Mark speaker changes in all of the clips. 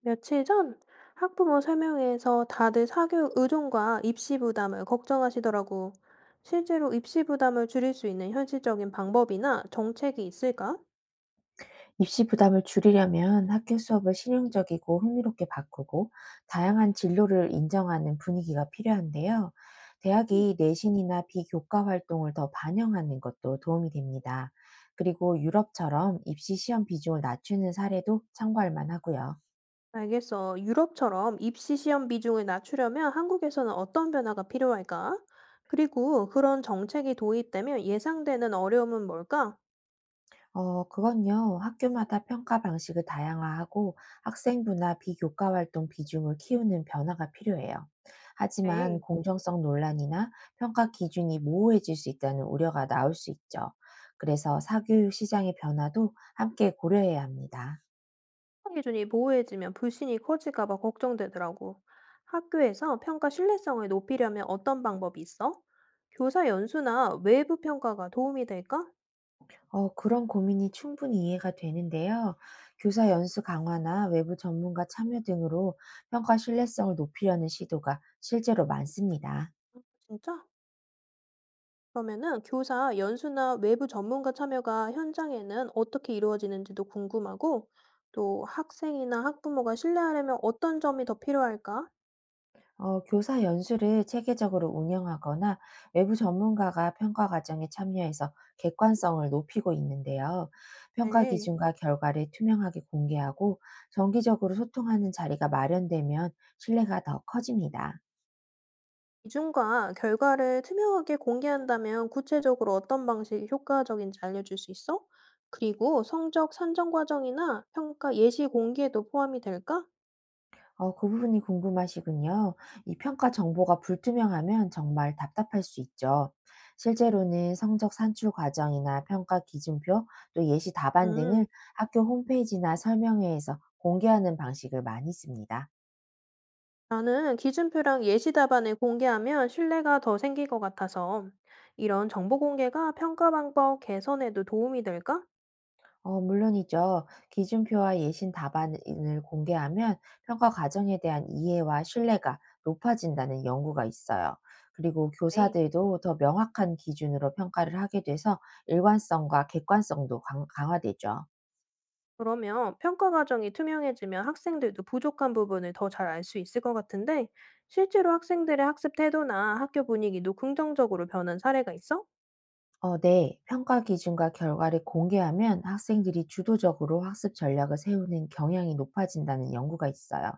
Speaker 1: 며칠 전 학부모 설명회에서 다들 사교육 의존과 입시 부담을 걱정하시더라고. 실제로 입시 부담을 줄일 수 있는 현실적인 방법이나 정책이 있을까?
Speaker 2: 입시 부담을 줄이려면 학교 수업을 실용적이고 흥미롭게 바꾸고 다양한 진로를 인정하는 분위기가 필요한데요.
Speaker 1: 네.
Speaker 2: 대학이 내신이나 비교과 활동을 더 반영하는 것도 도움이 됩니다. 그리고 유럽처럼 입시 시험 비중을 낮추는 사례도 참고할 만하고요.
Speaker 1: 알겠어. 유럽처럼 입시 시험 비중을 낮추려면 한국에서는 어떤 변화가 필요할까? 그리고 그런 정책이 도입되면 예상되는 어려움은 뭘까?
Speaker 2: 그건요. 학교마다 평가 방식을 다양화하고 학생부나 비교과 활동 비중을 키우는 변화가 필요해요. 하지만
Speaker 1: 네.
Speaker 2: 공정성 논란이나 평가 기준이 모호해질 수 있다는 우려가 나올 수 있죠. 그래서 사교육 시장의 변화도 함께 고려해야 합니다.
Speaker 1: 평가 기준이 모호해지면 불신이 커질까 봐 걱정되더라고. 학교에서 평가 신뢰성을 높이려면 어떤 방법이 있어? 교사 연수나 외부 평가가 도움이 될까?
Speaker 2: 그런 고민이 충분히 이해가 되는데요. 교사 연수 강화나 외부 전문가 참여 등으로 평가 신뢰성을 높이려는 시도가 실제로 많습니다.
Speaker 1: 진짜? 그러면은 교사 연수나 외부 전문가 참여가 현장에는 어떻게 이루어지는지도 궁금하고, 또 학생이나 학부모가 신뢰하려면 어떤 점이 더 필요할까?
Speaker 2: 교사 연수를 체계적으로 운영하거나 외부 전문가가 평가 과정에 참여해서 객관성을 높이고 있는데요. 평가
Speaker 1: 네.
Speaker 2: 기준과 결과를 투명하게 공개하고 정기적으로 소통하는 자리가 마련되면 신뢰가 더 커집니다.
Speaker 1: 기준과 결과를 투명하게 공개한다면 구체적으로 어떤 방식이 효과적인지 알려줄 수 있어? 그리고 성적 산정 과정이나 평가 예시 공개도 포함이 될까?
Speaker 2: 그 부분이 궁금하시군요. 이 평가 정보가 불투명하면 정말 답답할 수 있죠. 실제로는 성적 산출 과정이나 평가 기준표, 또 예시 답안 등을
Speaker 1: 음,
Speaker 2: 학교 홈페이지나 설명회에서 공개하는 방식을 많이 씁니다.
Speaker 1: 나는 기준표랑 예시 답안을 공개하면 신뢰가 더 생길 것 같아서 이런 정보 공개가 평가 방법 개선에도 도움이 될까?
Speaker 2: 물론이죠. 기준표와 예신 답안을 공개하면 평가 과정에 대한 이해와 신뢰가 높아진다는 연구가 있어요. 그리고
Speaker 1: 네.
Speaker 2: 교사들도 더 명확한 기준으로 평가를 하게 돼서 일관성과 객관성도 강화되죠.
Speaker 1: 그러면 평가 과정이 투명해지면 학생들도 부족한 부분을 더 잘 알 수 있을 것 같은데, 실제로 학생들의 학습 태도나 학교 분위기도 긍정적으로 변한 사례가 있어?
Speaker 2: 어, 네. 평가 기준과 결과를 공개하면 학생들이 주도적으로 학습 전략을 세우는 경향이 높아진다는 연구가 있어요.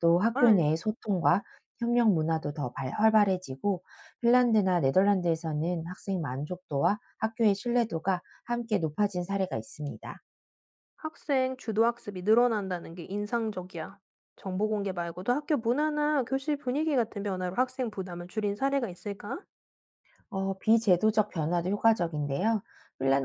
Speaker 2: 또 학교
Speaker 1: 말.
Speaker 2: 내의 소통과 협력 문화도 더 활발해지고, 핀란드나 네덜란드에서는 학생 만족도와 학교의 신뢰도가 함께 높아진 사례가 있습니다.
Speaker 1: 학생 주도 학습이 늘어난다는 게 인상적이야. 정보 공개 말고도 학교 문화나 교실 분위기 같은 변화로 학생 부담을 줄인 사례가 있을까?
Speaker 2: 비제도적 변화도 효과적인데요.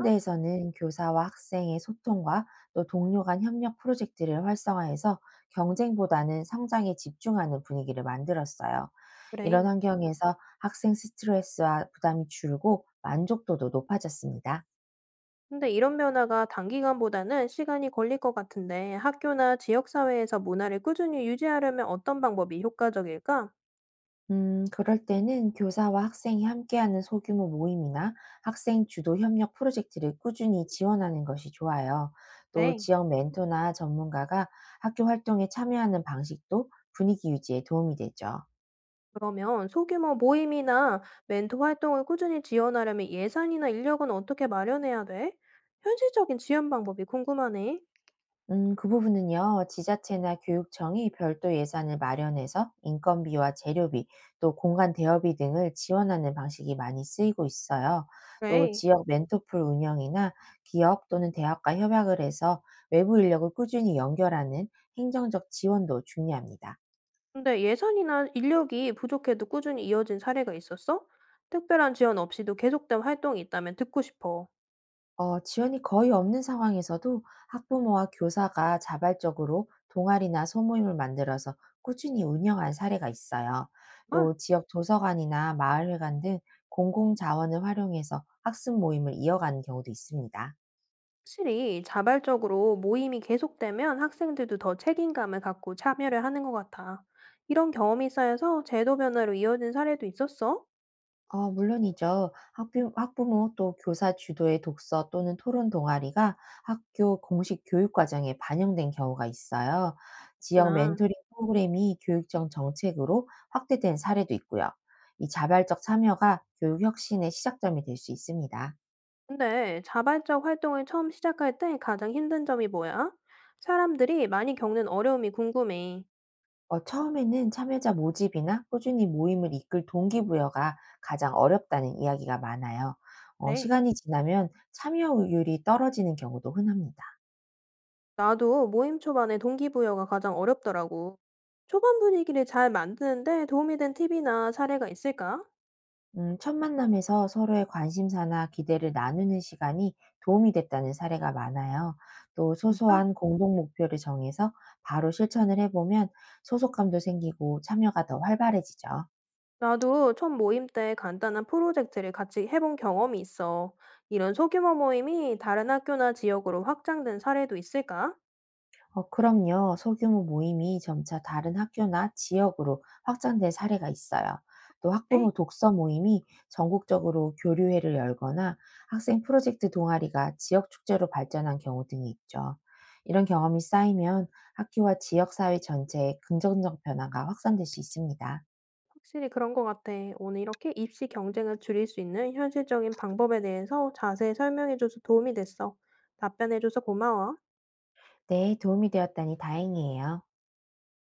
Speaker 1: 어?
Speaker 2: 교사와 학생의 소통과 또 동료 간 협력 프로젝트를 활성화해서 경쟁보다는 성장에 집중하는 분위기를 만들었어요.
Speaker 1: 그래.
Speaker 2: 이런 환경에서 학생 스트레스와 부담이 줄고 만족도도 높아졌습니다.
Speaker 1: 근데 이런 변화가 단기간보다는 시간이 걸릴 것 같은데 학교나 지역사회에서 문화를 꾸준히 유지하려면 어떤 방법이 효과적일까?
Speaker 2: 그럴 때는 교사와 학생이 함께하는 소규모 모임이나 학생 주도 협력 프로젝트를 꾸준히 지원하는 것이 좋아요. 또
Speaker 1: 네.
Speaker 2: 지역 멘토나 전문가가 학교 활동에 참여하는 방식도 분위기 유지에 도움이 되죠.
Speaker 1: 그러면 소규모 모임이나 멘토 활동을 꾸준히 지원하려면 예산이나 인력은 어떻게 마련해야 돼? 현실적인 지원 방법이 궁금하네.
Speaker 2: 그 부분은요, 지자체나 교육청이 별도 예산을 마련해서 인건비와 재료비, 또 공간 대여비 등을 지원하는 방식이 많이 쓰이고 있어요. 또
Speaker 1: 그래.
Speaker 2: 지역 멘토풀 운영이나 기업 또는 대학과 협약을 해서 외부 인력을 꾸준히 연결하는 행정적 지원도 중요합니다.
Speaker 1: 근데 예산이나 인력이 부족해도 꾸준히 이어진 사례가 있었어? 특별한 지원 없이도 계속된 활동이 있다면 듣고 싶어.
Speaker 2: 지원이 거의 없는 상황에서도 학부모와 교사가 자발적으로 동아리나 소모임을 만들어서 꾸준히 운영한 사례가 있어요.
Speaker 1: 아,
Speaker 2: 또 지역 도서관이나 마을회관 등 공공 자원을 활용해서 학습 모임을 이어가는 경우도 있습니다.
Speaker 1: 확실히 자발적으로 모임이 계속되면 학생들도 더 책임감을 갖고 참여를 하는 것 같아. 이런 경험이 쌓여서 제도 변화로 이어진 사례도 있었어?
Speaker 2: 물론이죠. 학부모 또 교사 주도의 독서 또는 토론 동아리가 학교 공식 교육 과정에 반영된 경우가 있어요. 지역
Speaker 1: 구나.
Speaker 2: 멘토링 프로그램이 교육청 정책으로 확대된 사례도 있고요. 이 자발적 참여가 교육 혁신의 시작점이 될 수 있습니다.
Speaker 1: 근데 자발적 활동을 처음 시작할 때 가장 힘든 점이 뭐야? 사람들이 많이 겪는 어려움이 궁금해.
Speaker 2: 처음에는 참여자 모집이나 꾸준히 모임을 이끌 동기부여가 가장 어렵다는 이야기가 많아요.
Speaker 1: 그래.
Speaker 2: 시간이 지나면 참여율이 떨어지는 경우도 흔합니다.
Speaker 1: 나도 모임 초반에 동기부여가 가장 어렵더라고. 초반 분위기를 잘 만드는데 도움이 된 팁이나 사례가 있을까?
Speaker 2: 첫 만남에서 서로의 관심사나 기대를 나누는 시간이 도움이 됐다는 사례가 많아요. 또
Speaker 1: 진짜?
Speaker 2: 소소한 공동 목표를 정해서 바로 실천을 해보면 소속감도 생기고 참여가 더 활발해지죠.
Speaker 1: 나도 첫 모임 때 간단한 프로젝트를 같이 해본 경험이 있어. 이런 소규모 모임이 다른 학교나 지역으로 확장된 사례도 있을까?
Speaker 2: 그럼요. 소규모 모임이 점차 다른 학교나 지역으로 확장된 사례가 있어요. 또
Speaker 1: 네.
Speaker 2: 학부모 독서 모임이 전국적으로 교류회를 열거나 학생 프로젝트 동아리가 지역 축제로 발전한 경우 등이 있죠. 이런 경험이 쌓이면 학교와 지역사회 전체에 긍정적 변화가 확산될 수 있습니다.
Speaker 1: 확실히 그런 것 같아. 오늘 이렇게 입시 경쟁을 줄일 수 있는 현실적인 방법에 대해서 자세히 설명해줘서 도움이 됐어. 답변해줘서 고마워.
Speaker 2: 네, 도움이 되었다니 다행이에요.